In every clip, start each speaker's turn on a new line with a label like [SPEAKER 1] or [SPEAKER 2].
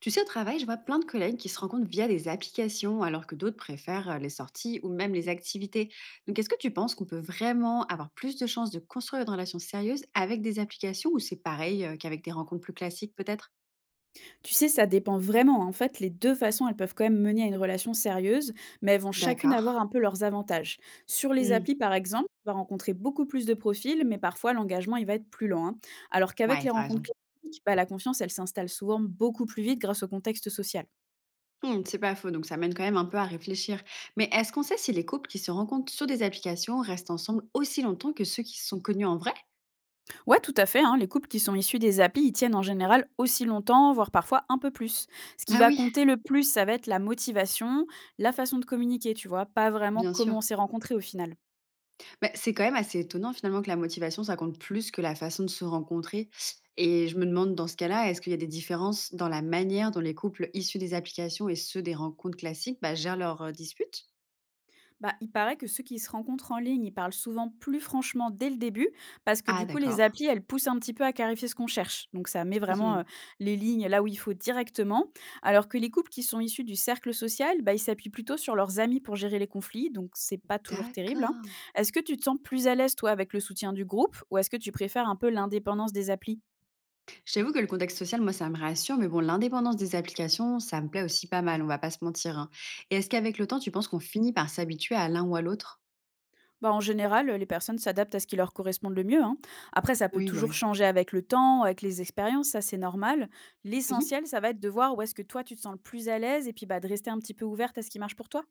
[SPEAKER 1] Tu sais, au travail, je vois plein de collègues qui se rencontrent via des applications, alors que d'autres préfèrent les sorties ou même les activités. Donc, est-ce que tu penses qu'on peut vraiment avoir plus de chances de construire une relation sérieuse avec des applications ou c'est pareil qu'avec des rencontres plus classiques peut-être?
[SPEAKER 2] Tu sais, ça dépend vraiment. En fait, les 2 façons, elles peuvent quand même mener à une relation sérieuse, mais elles vont chacune avoir
[SPEAKER 1] D'accord.
[SPEAKER 2] un peu leurs avantages. Sur les
[SPEAKER 1] Hmm,
[SPEAKER 2] applis, par exemple, tu vas rencontrer beaucoup plus de profils, mais parfois l'engagement, il va être plus lent, hein. Alors qu'avec
[SPEAKER 1] ouais,
[SPEAKER 2] les
[SPEAKER 1] t'as
[SPEAKER 2] rencontres
[SPEAKER 1] raison.
[SPEAKER 2] classiques, bah, la confiance, elle s'installe souvent beaucoup plus vite grâce au contexte social.
[SPEAKER 1] Hmm, c'est pas faux, donc ça mène quand même un peu à réfléchir. Mais est-ce qu'on sait si les couples qui se rencontrent sur des applications restent ensemble aussi longtemps que ceux qui se sont connus en vrai?
[SPEAKER 2] Ouais, tout à fait, hein, les couples qui sont issus des applis, ils tiennent en général aussi longtemps, voire parfois un peu plus. Ce qui
[SPEAKER 1] Ah
[SPEAKER 2] va
[SPEAKER 1] oui,
[SPEAKER 2] compter le plus, ça va être la motivation, la façon de communiquer, tu vois, pas vraiment
[SPEAKER 1] bien
[SPEAKER 2] comment on
[SPEAKER 1] sûr.
[SPEAKER 2] s'est rencontrés au final.
[SPEAKER 1] Beh, c'est quand même assez étonnant finalement que la motivation, ça compte plus que la façon de se rencontrer, et je me demande dans ce cas-là, est-ce qu'il y a des différences dans la manière dont les couples issus des applications et ceux des rencontres classiques, bah, gèrent leurs, disputes?
[SPEAKER 2] Bah, il paraît que ceux qui se rencontrent en ligne, ils parlent souvent plus franchement dès le début, parce que
[SPEAKER 1] Ah
[SPEAKER 2] du coup, les
[SPEAKER 1] d'accord.
[SPEAKER 2] applis, elles poussent un petit peu à clarifier ce qu'on cherche. Donc, ça met vraiment
[SPEAKER 1] Mhm.
[SPEAKER 2] les lignes là où il faut directement. Alors que les couples qui sont issus du cercle social, bah, ils s'appuient plutôt sur leurs amis pour gérer les conflits, donc c'est pas toujours terrible, hein.
[SPEAKER 1] D'accord.
[SPEAKER 2] Est-ce que tu te sens plus à l'aise, toi, avec le soutien du groupe, ou est-ce que tu préfères un peu l'indépendance des applis?
[SPEAKER 1] Je t'avoue que le contexte social, moi, ça me rassure, mais bon, l'indépendance des applications, ça me plaît aussi pas mal, on va pas se mentir, hein. Et est-ce qu'avec le temps, tu penses qu'on finit par s'habituer à l'un ou à l'autre?
[SPEAKER 2] Bah, en général, les personnes s'adaptent à ce qui leur correspond le mieux, hein. Après, ça peut
[SPEAKER 1] Oui, bah,
[SPEAKER 2] toujours
[SPEAKER 1] oui.
[SPEAKER 2] changer avec le temps, avec les expériences, ça, c'est normal.
[SPEAKER 1] Mmh.
[SPEAKER 2] L'essentiel, ça va être de voir où est-ce que toi, tu te sens le plus à l'aise et puis, bah, de rester un petit peu ouverte à ce qui marche pour toi.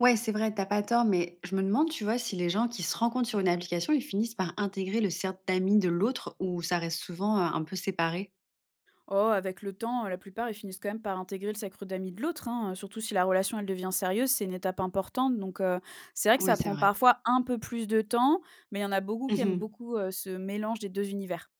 [SPEAKER 1] Ouais, c'est vrai, t'as pas tort, mais je me demande, tu vois, si les gens qui se rencontrent sur une application, ils finissent par intégrer le cercle d'amis de l'autre ou ça reste souvent un peu séparé.
[SPEAKER 2] Oh, avec le temps, la plupart, ils finissent quand même par intégrer le cercle d'amis de l'autre, hein, surtout si la relation, elle devient sérieuse, c'est une étape importante donc. C'est vrai que
[SPEAKER 1] Oui,
[SPEAKER 2] ça
[SPEAKER 1] c'est
[SPEAKER 2] prend
[SPEAKER 1] vrai.
[SPEAKER 2] parfois un peu plus de temps, mais il y en a beaucoup qui aiment
[SPEAKER 1] Mhm.
[SPEAKER 2] beaucoup, ce mélange des 2 univers.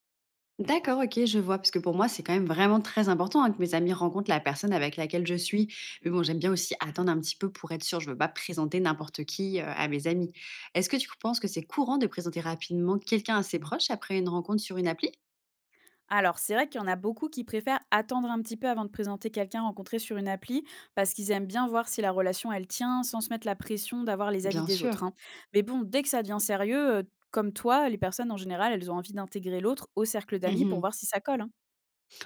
[SPEAKER 1] D'accord, ok, je vois, parce que pour moi, c'est quand même vraiment très important hein, que mes amis rencontrent la personne avec laquelle je suis. Mais bon, j'aime bien aussi attendre un petit peu pour être sûre. Je veux pas présenter n'importe qui à mes amis. Est-ce que tu penses que c'est courant de présenter rapidement quelqu'un à ses proches après une rencontre sur une appli?
[SPEAKER 2] Alors, c'est vrai qu'il y en a beaucoup qui préfèrent attendre un petit peu avant de présenter quelqu'un rencontré sur une appli, parce qu'ils aiment bien voir si la relation elle tient, sans se mettre la pression d'avoir les avis
[SPEAKER 1] Bien
[SPEAKER 2] des autres.
[SPEAKER 1] sûr.
[SPEAKER 2] hein. Mais bon, dès que ça devient sérieux, comme toi, les personnes en général, elles ont envie d'intégrer l'autre au cercle d'amis pour voir si ça colle, hein.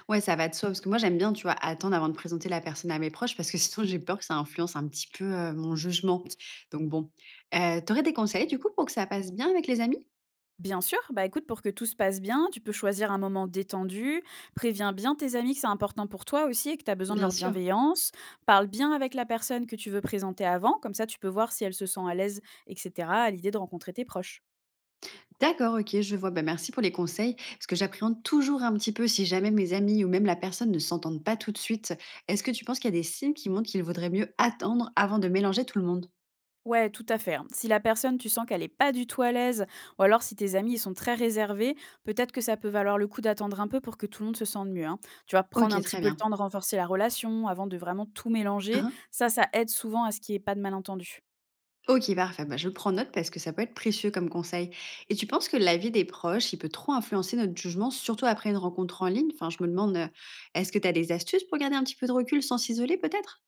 [SPEAKER 1] Ouais, ça va de soi parce que moi j'aime bien, tu vois, attendre avant de présenter la personne à mes proches parce que sinon j'ai peur que ça influence un petit peu, mon jugement. Donc bon, tu des conseils du coup pour que ça passe bien avec les amis?
[SPEAKER 2] Bien sûr, bah écoute, pour que tout se passe bien, tu peux choisir un moment détendu, préviens bien tes amis que c'est important pour toi aussi et que tu as besoin de
[SPEAKER 1] Bien
[SPEAKER 2] leur
[SPEAKER 1] sûr.
[SPEAKER 2] bienveillance, parle bien avec la personne que tu veux présenter avant, comme ça tu peux voir si elle se sent à l'aise, etc., à l'idée de rencontrer tes proches.
[SPEAKER 1] D'accord, OK, je vois. Ben merci pour les conseils parce que j'appréhende toujours un petit peu si jamais mes amis ou même la personne ne s'entendent pas tout de suite. Est-ce que tu penses qu'il y a des signes qui montrent qu'il vaudrait mieux attendre avant de mélanger tout le monde?
[SPEAKER 2] Ouais, tout à fait, hein. Si la personne, tu sens qu'elle est pas du tout à l'aise, ou alors si tes amis, ils sont très réservés, peut-être que ça peut valoir le coup d'attendre un peu pour que tout le monde se sente mieux, hein. Tu vas prendre
[SPEAKER 1] OK,
[SPEAKER 2] un petit
[SPEAKER 1] très
[SPEAKER 2] peu le
[SPEAKER 1] bien.
[SPEAKER 2] temps de renforcer la relation avant de vraiment tout mélanger. Ça aide souvent à ce qu'il y ait pas de malentendu.
[SPEAKER 1] OK, parfait. Bah, je prends note parce que ça peut être précieux comme conseil. Et tu penses que l'avis des proches, il peut trop influencer notre jugement, surtout après une rencontre en ligne? Enfin, je me demande, est-ce que tu as des astuces pour garder un petit peu de recul sans s'isoler, peut-être?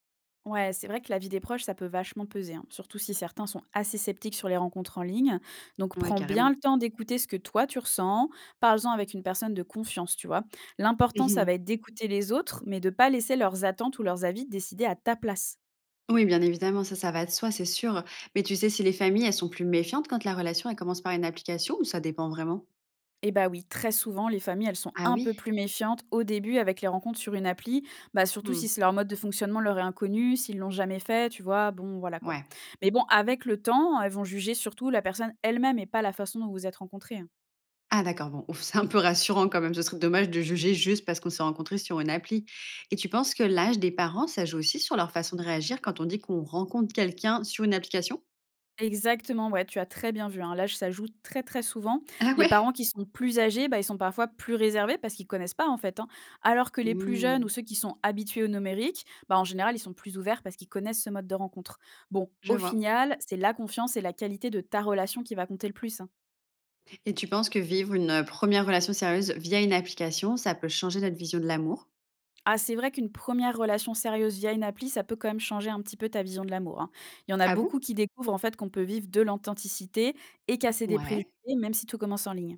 [SPEAKER 2] Ouais, c'est vrai que la vie des proches, ça peut vachement peser, hein, surtout si certains sont assez sceptiques sur les rencontres en ligne. Donc,
[SPEAKER 1] Ouais,
[SPEAKER 2] prends bien le
[SPEAKER 1] carrément.
[SPEAKER 2] temps d'écouter ce que toi tu ressens. Parle-en avec une personne de confiance, tu vois. L'important, ça
[SPEAKER 1] Mhm.
[SPEAKER 2] va être d'écouter les autres, mais de pas laisser leurs attentes ou leurs avis décider à ta place.
[SPEAKER 1] Oui, bien évidemment, ça va de soi, c'est sûr. Mais tu sais, si les familles, elles sont plus méfiantes quand la relation, elle commence par une application, ou ça dépend vraiment?
[SPEAKER 2] Eh bah oui, très souvent, les familles, elles sont
[SPEAKER 1] Ah
[SPEAKER 2] un peu
[SPEAKER 1] oui.
[SPEAKER 2] plus méfiantes au début avec les rencontres sur une appli, bah surtout
[SPEAKER 1] Hmm,
[SPEAKER 2] si c'est leur mode de fonctionnement leur est inconnu, s'ils l'ont jamais fait, tu vois, bon, voilà quoi.
[SPEAKER 1] ouais.
[SPEAKER 2] Mais bon, avec le temps, elles vont juger surtout la personne elle-même et pas la façon dont vous vous êtes rencontrés, hein.
[SPEAKER 1] Ah d'accord, bon, ouf, c'est un peu rassurant quand même, ce serait dommage de juger juste parce qu'on s'est rencontrés sur une appli. Et tu penses que l'âge des parents, ça joue aussi sur leur façon de réagir quand on dit qu'on rencontre quelqu'un sur une application?
[SPEAKER 2] Exactement, ouais, tu as très bien vu, hein. L'âge, ça joue très, très souvent.
[SPEAKER 1] Ah
[SPEAKER 2] Les
[SPEAKER 1] ouais?
[SPEAKER 2] parents qui sont plus âgés, bah, ils sont parfois plus réservés parce qu'ils connaissent pas, en fait, hein. Alors que les plus jeunes
[SPEAKER 1] Mmh,
[SPEAKER 2] ou ceux qui sont habitués au numérique, bah, en général, ils sont plus ouverts parce qu'ils connaissent ce mode de rencontre. Bon,
[SPEAKER 1] je
[SPEAKER 2] au
[SPEAKER 1] vois.
[SPEAKER 2] final, c'est la confiance et la qualité de ta relation qui va compter le plus, hein.
[SPEAKER 1] Et tu penses que vivre une, 1 relation sérieuse via une application, ça peut changer notre vision de l'amour?
[SPEAKER 2] Ah, c'est vrai qu'une première relation sérieuse via une appli, ça peut quand même changer un petit peu ta vision de l'amour, hein. Il y en a
[SPEAKER 1] Ah
[SPEAKER 2] beaucoup
[SPEAKER 1] bon?
[SPEAKER 2] qui découvrent, en fait, qu'on peut vivre de l'authenticité et casser des préjugés,
[SPEAKER 1] Ouais.
[SPEAKER 2] même si tout commence en ligne.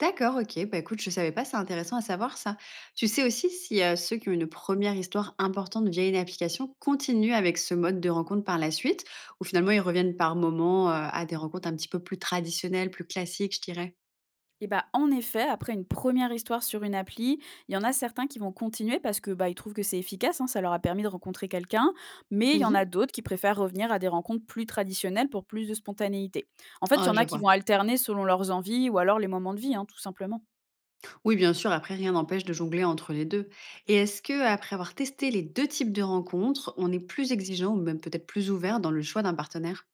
[SPEAKER 1] D'accord, OK. Bah, écoute, je savais pas, c'est intéressant à savoir ça. Tu sais aussi si, ceux qui ont une première histoire importante via une application continuent avec ce mode de rencontre par la suite, ou finalement ils reviennent par moments, à des rencontres un petit peu plus traditionnelles, plus classiques, je dirais?
[SPEAKER 2] Et bah, en effet, après une première histoire sur une appli, il y en a certains qui vont continuer parce que, bah, ils trouvent que c'est efficace, hein, ça leur a permis de rencontrer quelqu'un, mais il y en a
[SPEAKER 1] Mmh.
[SPEAKER 2] d'autres qui préfèrent revenir à des rencontres plus traditionnelles pour plus de spontanéité. En fait, il y
[SPEAKER 1] Ah,
[SPEAKER 2] en
[SPEAKER 1] je
[SPEAKER 2] a qui
[SPEAKER 1] vois.
[SPEAKER 2] vont alterner selon leurs envies ou alors les moments de vie, hein, tout simplement.
[SPEAKER 1] Oui, bien sûr, après rien n'empêche de jongler entre les 2. Et est-ce que après avoir testé les 2 types de rencontres, on est plus exigeant ou même peut-être plus ouvert dans le choix d'un partenaire?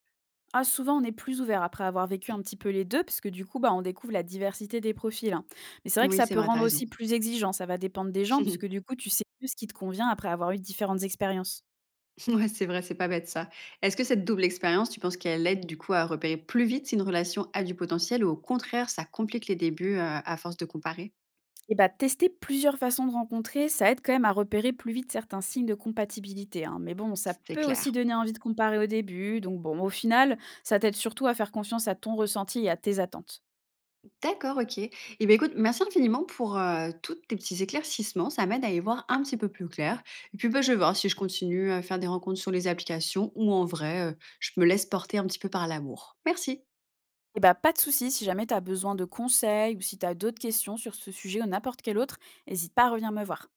[SPEAKER 2] Ah, souvent, on est plus ouvert après avoir vécu un petit peu les 2 parce que du coup, bah, on découvre la diversité des profils, hein. Mais c'est vrai que
[SPEAKER 1] Oui,
[SPEAKER 2] ça
[SPEAKER 1] c'est
[SPEAKER 2] peut
[SPEAKER 1] vrai, t'as
[SPEAKER 2] rendre
[SPEAKER 1] raison.
[SPEAKER 2] aussi plus exigeant, ça va dépendre des gens puisque du coup, tu sais mieux ce qui te convient après avoir eu différentes expériences.
[SPEAKER 1] Ouais, c'est vrai, c'est pas bête ça. Est-ce que cette double expérience, tu penses qu'elle aide du coup à repérer plus vite si une relation a du potentiel ou au contraire, ça complique les débuts à force de comparer?
[SPEAKER 2] Et bah, tester plusieurs façons de rencontrer, ça aide quand même à repérer plus vite certains signes de compatibilité. Hein. Mais bon, ça
[SPEAKER 1] C'est
[SPEAKER 2] peut aussi
[SPEAKER 1] clair.
[SPEAKER 2] donner envie de comparer au début. Donc bon, au final, ça t'aide surtout à faire confiance à ton ressenti et à tes attentes.
[SPEAKER 1] D'accord, ok. Eh bien écoute, merci infiniment pour tous tes petits éclaircissements. Ça m'aide à y voir un petit peu plus clair. Et puis bah, je vais voir si je continue à faire des rencontres sur les applications ou en vrai, je me laisse porter un petit peu par l'amour. Merci.
[SPEAKER 2] Et bah, pas de souci, si jamais tu as besoin de conseils ou si tu as d'autres questions sur ce sujet ou n'importe quel autre, n'hésite pas à revenir me voir.